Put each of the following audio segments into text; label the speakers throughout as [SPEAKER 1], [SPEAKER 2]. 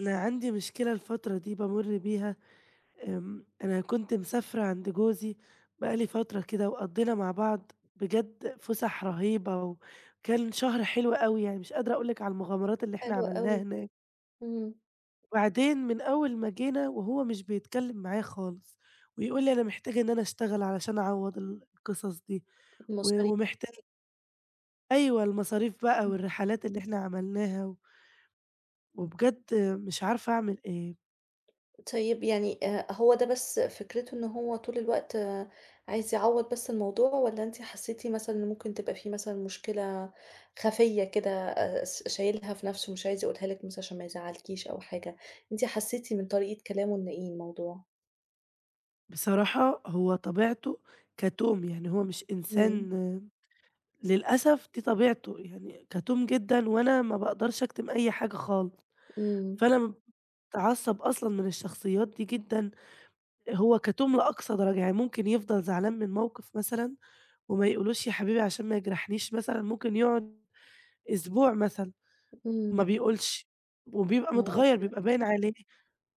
[SPEAKER 1] أنا عندي مشكلة الفترة دي بامُر بيها، أنا كنت مسافرة عند جوزي بقى لي فترة كده، وقضّينا مع بعض بجد فُسح رهيبة، وكان شهر حلو أوي، يعني مش قادرة أقول لِك على المغامرات اللي إحنا
[SPEAKER 2] حلو
[SPEAKER 1] عملناها
[SPEAKER 2] أوي.
[SPEAKER 1] هناك.
[SPEAKER 2] إمم.
[SPEAKER 1] وبعدين من أول ما جينا وهو مش بيتكلم معايا خالص، ويقول لي أنا محتاج إن أنا أشتغل علشان أعوّض القصص دي، و
[SPEAKER 2] مصاريف.
[SPEAKER 1] ومحتاج أيوه، المصاريف بقى
[SPEAKER 2] إمم.
[SPEAKER 1] والرحلات اللي إحنا عملناها، و- وبجد مش عارفة أعمل إيه.
[SPEAKER 2] طيب يعني هو ده بس فكرته إن هو طول الوقت عايز يعوّض بس الموضوع والّا أنتِ حسيتِ مثلًا إن ممكن تبقى في مثلًا مشكلة خفية كده س شايلها في نَفْسه مش عايز يقولها لِك مثلًا عشان ما يزعّلكيش أو حاجة، أنتِ حسيتِ من طريقة كلامه إن إيه الموضوع؟
[SPEAKER 1] بصراحة هو طبيعته كتوم، يعني هو مش
[SPEAKER 2] إمم.
[SPEAKER 1] إنسان، للأسف دي طبيعته، يعني كتوم جدًا وأنا ما باقدرش أكتم أي حاجة خالص،
[SPEAKER 2] إمم.
[SPEAKER 1] فأنا باتعصب أصلًا من الشخصيات دي جدًا. هو كتوم لأقصى درجة، يعني ممكن يفضل زعلان من موقف مثلًا وما يقولوش يا حبيبي عشان ما يجرحنيش مثلًا، ممكن يقعد أسبوع مثلًا
[SPEAKER 2] إمم.
[SPEAKER 1] ما بيقولش،
[SPEAKER 2] يا
[SPEAKER 1] وبيبقى
[SPEAKER 2] نهار
[SPEAKER 1] متغيّر،
[SPEAKER 2] أبيض!
[SPEAKER 1] بيبقى باين عليه،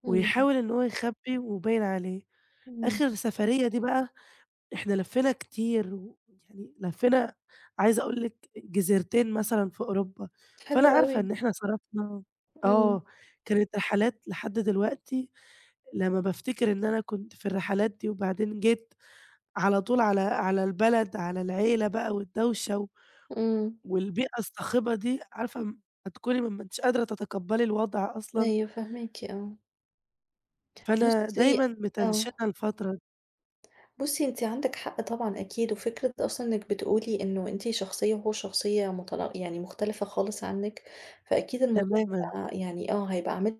[SPEAKER 2] إمم.
[SPEAKER 1] ويحاول إن هو يخبّي وباين عليه.
[SPEAKER 2] إمم.
[SPEAKER 1] آخر سفرية دي بقى إحنا لفّينا كتير، ويعني لفّينا عايزة أقول لِك جزيرتين مثلًا في أوروبا،
[SPEAKER 2] حلو
[SPEAKER 1] فأنا عارفة
[SPEAKER 2] أوي.
[SPEAKER 1] إن إحنا صرفنا،
[SPEAKER 2] إمم.
[SPEAKER 1] آه، كانت رحلات. لحد دلوقتي لمّا بافتكر إن أنا كنت في الرحلات دي، وبعدين جيت على طول على البلد، على العيلة بقى والدوشة و
[SPEAKER 2] إمم.
[SPEAKER 1] والبيئة الصاخبة دي، عارفة هتكوني ما أنتيش قادرة تتقبّلي الوضع أصلًا،
[SPEAKER 2] أيوه فاهماكِ آه.
[SPEAKER 1] فأنا
[SPEAKER 2] بُصّي
[SPEAKER 1] دايمًا
[SPEAKER 2] آه.
[SPEAKER 1] متنشنة الفترة.
[SPEAKER 2] بُصّي، أنتِ عندِك حق طبعًا أكيد، وفكرة أصلًا إنِّك بتقولي إنه أنتِ شخصية وهو شخصية يعني مختلفة خالص عنِّك، فأكيد الموضوع
[SPEAKER 1] تمامًا.
[SPEAKER 2] هيبقى يعني هيبقى عامل.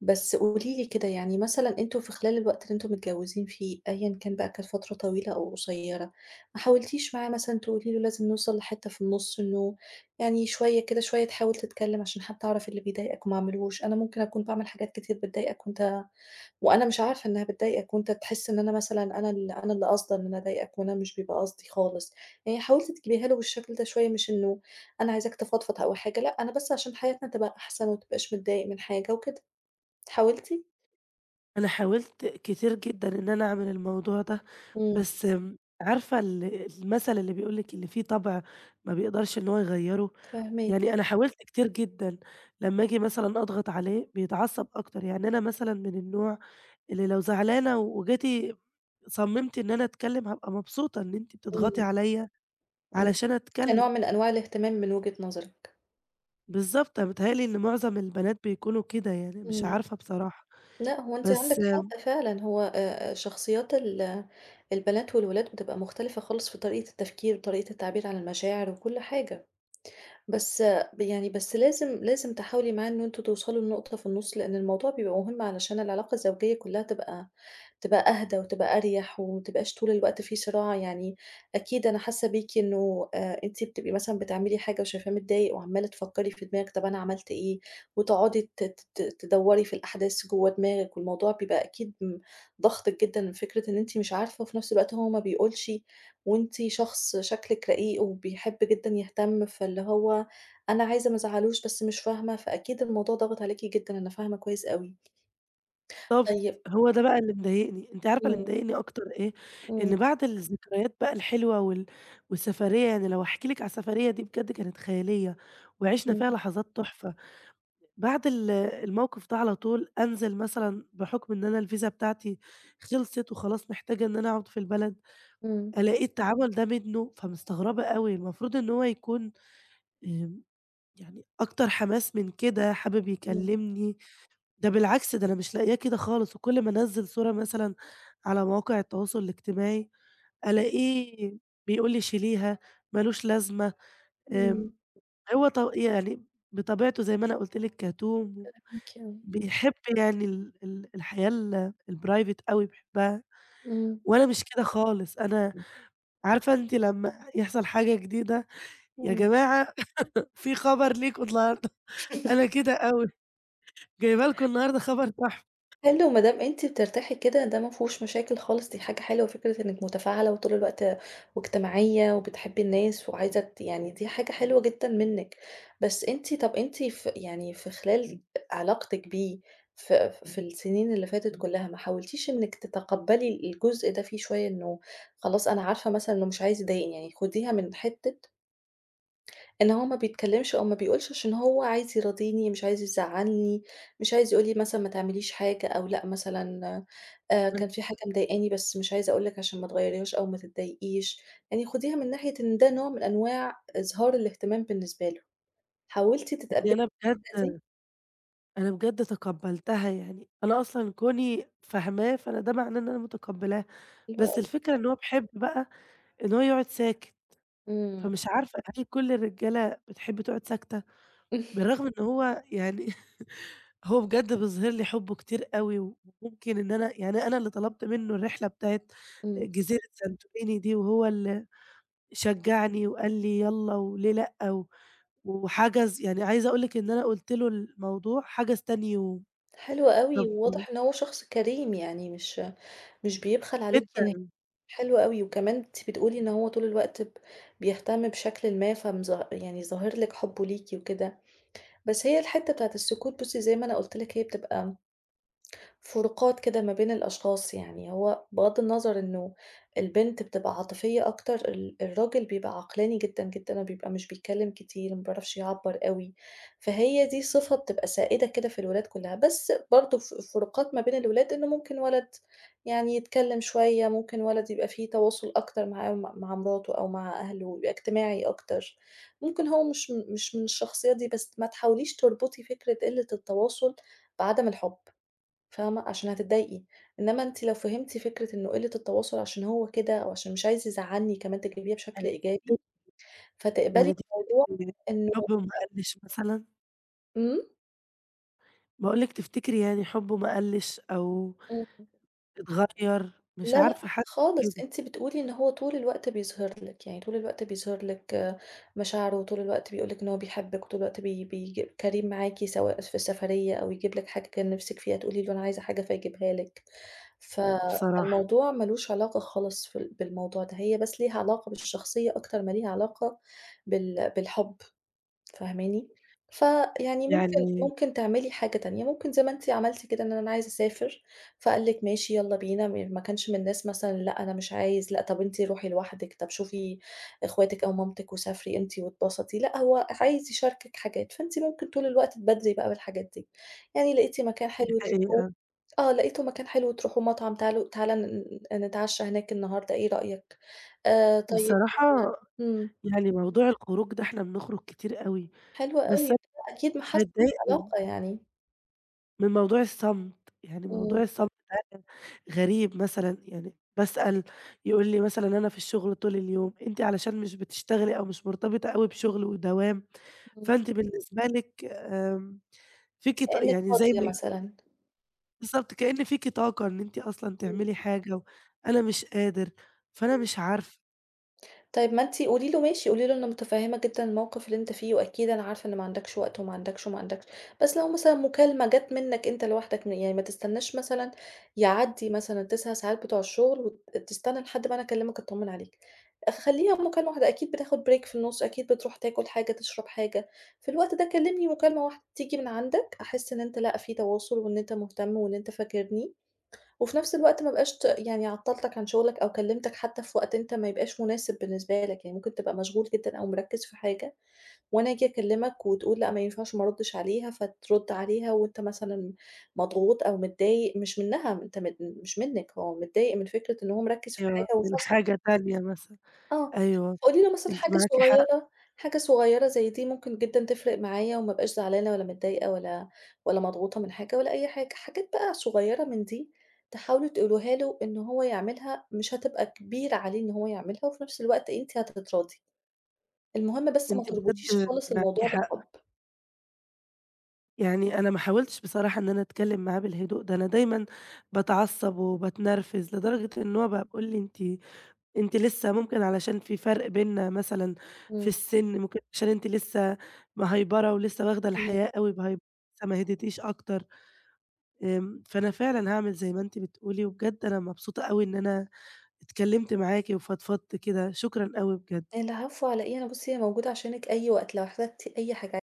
[SPEAKER 2] بس قولي لي كده يعني مثلًا أنتم في خلال الوقت اللي أنتم متجوزين فيه أيًا كان بقى كانت فترة طويلة أو قصيرة، ما حاولتيش معاه مثلًا تقولي له لازم نوصل لحتة في النُص إنه يعني شوية كده، شوية تحاول تتكلم عشان حتى أعرف اللي بيضايقك وما أعملهوش، أنا ممكن أكون باعمل حاجات كتير بتضايقك وأنا مش عارفة إنها بتضايقك، وأنت تحس إن أنا مثلًا أنا ال أنا اللي قاصدة إن أنا أضايقك، وأنا مش بيبقى قصدي خالص، يعني حاولت تجيبيها له بالشكل ده شوية، مش إنه أنا عايزاك تفضفض أو حاجة، لأ أنا بس عشان حياتنا تبقى أحسن، وما تبقاش متضايق من حاجة وكده، حاولتِ؟
[SPEAKER 1] أنا حاولت كتير جدًا إن أنا أعمل الموضوع ده،
[SPEAKER 2] إمم.
[SPEAKER 1] بس عارفة المثل اللي بيقول لِك اللي فيه طبع ما بيقدرش إن هو يغيّره،
[SPEAKER 2] فاهماكِ.
[SPEAKER 1] يعني أنا حاولت كتير جدًا. لمّا آجي مثلًا أضغط عليه بيتعصب أكتر، يعني أنا مثلًا من النوع اللي لو زعلانة وجيتِ صممتِ إن أنا أتكلم هابقى مبسوطة إن أنتِ بتضغطي
[SPEAKER 2] إمم.
[SPEAKER 1] عليَّ
[SPEAKER 2] إمم.
[SPEAKER 1] علشان أتكلم،
[SPEAKER 2] كنوع من أنواع الاهتمام من وجهة نظرِك.
[SPEAKER 1] بالضبط، أنا متهيأ لي إن معظم البنات بيكونوا كده، يعني مش
[SPEAKER 2] إمم.
[SPEAKER 1] عارفة بصراحة،
[SPEAKER 2] لأ هو أنتِ عندِك
[SPEAKER 1] بس
[SPEAKER 2] حق فعلًا، هو شخصيات البنات والولاد بتبقى مختلفة خالص في طريقة التفكير، وطريقة التعبير عن المشاعر وكل حاجة. بس ب يعني بس لازم تحاولي معاه إن أنتم توصلوا لنقطة في النُص، لإن الموضوع بيبقى مهم علشان العلاقة الزوجية كلّها تبقى أهدى وتبقى أريح وما تبقاش طول الوقت في صراع، يعني أكيد أنا حاسة بيكِ إنه أنتِ بتبقي مثلًا بتعملي حاجة وشايفاه متضايق وعمّالة تفكّري في دماغِك طَب أنا عملت إيه، وتقعدي ت ت ت تدوّري في الأحداث جوّه دماغِك، والموضوع بيبقى أكيد ضاغطِك جدًا من فكرة إن أنتِ مش عارفة وفي نَفْس الوقت هو ما بيقولش، وأنتِ شخص شكلِك رقيق وبيحب جدًا يهتم، فاللي هو أنا عايزة ما أزعّلوش بس مش فاهمة، فأكيد الموضوع ضاغط عليكِ جدًا، أنا فاهمة كويس أوي.
[SPEAKER 1] بالضبط،
[SPEAKER 2] طيب.
[SPEAKER 1] هو ده بقى اللي مضايقني، أنتِ عارفة اللي
[SPEAKER 2] إمم.
[SPEAKER 1] مضايقني أكتر إيه؟
[SPEAKER 2] إمم.
[SPEAKER 1] إن بعد الذكريات بقى الحلوة والسفرية، يعني لو هاحكي لِك على السفرية دي بجد كانت خيالية، وعِشنا
[SPEAKER 2] إمم.
[SPEAKER 1] فيها لحظات تحفة. بعد الموقف ده على طول أنزل مثلًا بحكم إن أنا الفيزا بتاعتي خلصت وخلاص محتاجة إن أنا أقعد في البلد،
[SPEAKER 2] إمم.
[SPEAKER 1] ألاقي التعامل ده منّه، فمستغربة أوي، المفروض إن هو يكون آمم، يعني أكتر حماس من كده، حابب
[SPEAKER 2] إمم.
[SPEAKER 1] يكلمني. ده بالعكس، ده أنا مش لاقياه كده خالص، وكل ما أنزّل صورة مثلًا على مواقع التواصل الاجتماعي، ألاقيه بيقول لي شيليها، ما لوش لازمة،
[SPEAKER 2] إمم.
[SPEAKER 1] آمم، هو ط يعني بطبيعته زي ما أنا قُلت لِك كتوم،
[SPEAKER 2] فاهماكِ أوي.
[SPEAKER 1] بيحب يعني ال ال الحياة الprivate أوي بيحبها،
[SPEAKER 2] إمم.
[SPEAKER 1] وأنا مش كده خالص، أنا عارفة أنتِ لمّا يحصل حاجة جديدة، يا
[SPEAKER 2] إمم.
[SPEAKER 1] جماعة في خبر ليكم النهارده، أنا كده أوي، جايبة لكم النهارده خبر تحفة،
[SPEAKER 2] حلو ما دام أنتِ بترتاحي كده ده ما فيهوش مشاكل خالص، دي حاجة حلوة فكرة إنِّك متفاعلة وطول الوقت واجتماعية وبتحبي الناس وعايزة يعني دي حاجة حلوة جدًا منِّك، بس طَب أنتِ يعني في خلال علاقتِك بيه في السنين اللي فاتت كلّها ما حاولتيش إنِّك تتقبّلي الجزء ده فيه شوية إنه خلاص أنا عارفة مثلًا إنه مش عايز يضايقني، يعني خديها من حتّة إن هو ما بيتكلّمش أو ما بيقولش عشان هو عايز يراضيني، مش عايز يزعّلني، مش عايز يقول لي مثلًا ما تعمليش حاجة أو لأ مثلًا كان في حاجة مضايقاني بس مش عايزة أقول لِك عشان ما تغيّريهاش أو ما تتضايقيش، يعني خُديها من ناحية إن ده نوع من أنواع إظهار الاهتمام بالنسبة له. حاولتِ تتقبّلي
[SPEAKER 1] يعني أنا بجد
[SPEAKER 2] الطريقة دي؟
[SPEAKER 1] أنا بجد تقبّلتها يعني، أنا أصلًا كوني فاهماه، فأنا ده معناه إن أنا متقبّلاه،
[SPEAKER 2] حلو
[SPEAKER 1] بس
[SPEAKER 2] أوي.
[SPEAKER 1] الفكرة إن هو بيحب بقى إن هو يقعد ساكت،
[SPEAKER 2] إمم.
[SPEAKER 1] فمش عارفة هل كل الرجالة بتحب تقعد ساكتة؟ بالرغم إن هو يعني هو بجد بيظهر لي حُبّه كتير أوي، وممكن إن أنا يعني أنا اللي طلبت منه الرحلة بتاعة
[SPEAKER 2] إمم.
[SPEAKER 1] جزيرة سانتوريني دي، وهو اللي شجّعني وقال لي يالّا وليه لأ، وحَجَز يعني عايزة أقول لِك إن أنا قُلت له الموضوع، حَجَز تاني يوم،
[SPEAKER 2] حلو أوي،
[SPEAKER 1] طَب
[SPEAKER 2] وواضح إن هو شخص كريم يعني مش بيبخل عليكِ.
[SPEAKER 1] جدًا.
[SPEAKER 2] حلو أوي، وكمان أنتِ بتقولي إن هو طول الوقت بيهتم بشكلٍ ما يعني ظاهر لِك حُبُّه ليكِ وكده، بس هي الحتّة بتاعة السكوت بُصّي زي ما أنا قُلت لِك هي بتبقى فروقات كده ما بين الأشخاص، يعني هو بغض النظر إنه البنت بتبقى عاطفية أكتر، الراجل بيبقى عقلاني جدًا، جدًا، وبيبقى مش بيتكلّم كتير، ما بيعرفش يعبّر أوي، فهي دي صفة بتبقى سائدة كده في الولاد كلّها، بس برضه فروقات ما بين الولاد إنه ممكن ولد يعني يتكلّم شوية، ممكن ولد يبقى في تواصل أكتر معاه ومع مراته أو مع أهله، يبقى اجتماعي أكتر، ممكن هو مش من الشخصية دي، بس ما تحاوليش تربطي فكرة قِلّة التواصل بعدم الحُب. فاهمة، عشان هتتضايقي، إنما أنتِ لو فهمتِ فكرة إنه قلة التواصل عشان هو كده أو عشان مش عايز يزعّلني كمان تجيبيها بشكل
[SPEAKER 1] هل تف
[SPEAKER 2] إيجابي، فتقبلي
[SPEAKER 1] يعني
[SPEAKER 2] الموضوع
[SPEAKER 1] تفتكري
[SPEAKER 2] إنه.
[SPEAKER 1] حُبّه ما قَلِّش مثلًا؟
[SPEAKER 2] إمم.
[SPEAKER 1] باقول لِك تفتكري يعني حُبّه ما قَلِّش أو
[SPEAKER 2] إمم.
[SPEAKER 1] اتغيّر؟ مش
[SPEAKER 2] لا، لأ
[SPEAKER 1] عارفة، حاسة
[SPEAKER 2] خالص،
[SPEAKER 1] كده
[SPEAKER 2] أنتِ بتقولي إن هو طول الوقت بيظهر لِك، يعني طول الوقت بيظهر لِك مشاعره وطول الوقت بيقول لِك إن هو بيحبِّك وطول الوقت بيج كريم معاكِ سواء في السفرية أو يجيب لِك حاجة كان نِفْسِك فيها تقولي له أنا عايزة حاجة فيجيبها لِك. ف
[SPEAKER 1] بصراحة،
[SPEAKER 2] فالموضوع ما لوش علاقة خالص في ال بالموضوع ده، هي بس ليها علاقة بالشخصية أكتر ما ليها علاقة بالحُب، فاهماني؟ فيعني إمم.
[SPEAKER 1] يعني
[SPEAKER 2] ممكن تعملي حاجة تانية، ممكن زي ما أنتِ عملتِ كده إن أنا عايزة أسافر، فقال لِك ماشي يالّا بينا، ما كانش من الناس مثلًا لأ أنا مش عايز، لأ طب أنتِ روحي لوحدِك، طب شوفي إخواتِك أو مامتِك وسافري أنتِ واتبسطي، لأ هو عايز يشاركِك حاجات، فأنتِ ممكن طول الوقت تبادري بقى بالحاجات دي، يعني لقيتِ مكان
[SPEAKER 1] دي
[SPEAKER 2] حلو تروحوه
[SPEAKER 1] حقيقة.
[SPEAKER 2] آه، لقيته مكان حلو تروحوا مطعم تعالوا تعالَ نتعشى هناك النهارده، إيه رأيك؟ طيب.
[SPEAKER 1] بصراحة
[SPEAKER 2] إمم.
[SPEAKER 1] يعني موضوع الخروج ده إحنا بنخرج كتير أوي،
[SPEAKER 2] حلو
[SPEAKER 1] بس
[SPEAKER 2] أوي،
[SPEAKER 1] أنا
[SPEAKER 2] ده أكيد محسِّن
[SPEAKER 1] باتضايق من
[SPEAKER 2] العلاقة يعني.
[SPEAKER 1] موضوع الصمت، يعني
[SPEAKER 2] إمم.
[SPEAKER 1] موضوع الصمت ده غريب مثلًا، يعني باسأل يقول لي مثلًا أنا في الشغل طول اليوم، أنتِ علشان مش بتشتغلي أو مش مرتبطة أوي بشغل ودوام
[SPEAKER 2] إمم.
[SPEAKER 1] فأنتِ بالنسبة لِك فيكِ ط
[SPEAKER 2] كإنِّك
[SPEAKER 1] يعني زي
[SPEAKER 2] فاضية
[SPEAKER 1] ما
[SPEAKER 2] مثلًا.
[SPEAKER 1] بالضبط، كأن فيكِ طاقة إن أنتِ أصلًا
[SPEAKER 2] إمم.
[SPEAKER 1] تعملي حاجة، أنا مش قادر، فأنا
[SPEAKER 2] إمم.
[SPEAKER 1] مش عارفة
[SPEAKER 2] طيب ما أنتِ قولي له ماشي، قولي له أنا متفهمة جدًا الموقف اللي أنت فيه، وأكيد أنا عارفة إن ما عندكش وقت وما عندكش وما عندكش، بس لو مثلًا مكالمة جات منك أنت لوحدك يعني ما تستناش مثلًا يعدّي مثلًا ال9 ساعات بتوع الشغل تستنى لحد ما أنا أكلمك أطمن عليك، خلّيها مكالمة واحدة، أكيد بتاخد break في النُص، أكيد بتروح تاكل حاجة، تشرب حاجة، في الوقت ده كلمني مكالمة واحدة تيجي من عندك، أحس إن أنت لأ في تواصل وإن أنت مهتم وإن أنت فاكرني، وفي نفس الوقت ما ابقاش يعني عطّلتك عن شغلك أو كلّمتك حتى في وقت أنت ما يبقاش مناسب بالنسبة لك، يعني ممكن تبقى مشغول جدًا أو مركّز في حاجة، وأنا آجي أكلّمك وتقول لأ ما ينفعش ما أردّش عليها، فترُد عليها وأنت مثلًا مضغوط أو متضايق مش منّها، أنت مش منِّك، هو متضايق من فكرة إن هو مركّز في حاجة وفصلك.
[SPEAKER 1] لحاجة تانية مثلًا.
[SPEAKER 2] آه.
[SPEAKER 1] أيوه،
[SPEAKER 2] فقولي لي مثلًا
[SPEAKER 1] أنتِ
[SPEAKER 2] حاجة
[SPEAKER 1] معاكِ حق،
[SPEAKER 2] صغيرة زي دي ممكن جدًا تفرق معايا وما ابقاش زعلانة ولا متضايقة ولا مضغوطة من حاجة ولا أي حاجة، حاجات بقى صغيرة من دي تحاولوا تقولوها له إن هو يعملها، مش هتبقى كبيرة عليه إن هو يعملها وفي نفس الوقت أنتِ هتتراضي، المهم بس ما
[SPEAKER 1] أنتِ بجد
[SPEAKER 2] تربطيش خالص
[SPEAKER 1] معاكِ
[SPEAKER 2] الموضوع
[SPEAKER 1] حق.
[SPEAKER 2] بالحب.
[SPEAKER 1] يعني أنا ما حاولتش بصراحة إن أنا أتكلم معاه بالهدوء ده، أنا دايمًا باتعصب وباتنرفز لدرجة إن هو بقى بيقول لي: "أنتِ لسه ممكن علشان في فرق بيننا مثلًا في
[SPEAKER 2] إمم.
[SPEAKER 1] السِن، ممكن عشان أنتِ لسه مهيبرة ولسه واخدة
[SPEAKER 2] إمم.
[SPEAKER 1] الحياة أوي بهيبرة، لسه ما هديتيش أكتر، فأنا فعلًا هاعمل زي ما أنتِ بتقولي، وبجد أنا مبسوطة أوي إن أنا اتكلمت معاكِ وفضفضت كده، شكرًا أوي بجد.
[SPEAKER 2] العفو على إيه، أنا بُصّي أنا موجودة عشانِك أي وقت لو احتجتِ أي حاجة.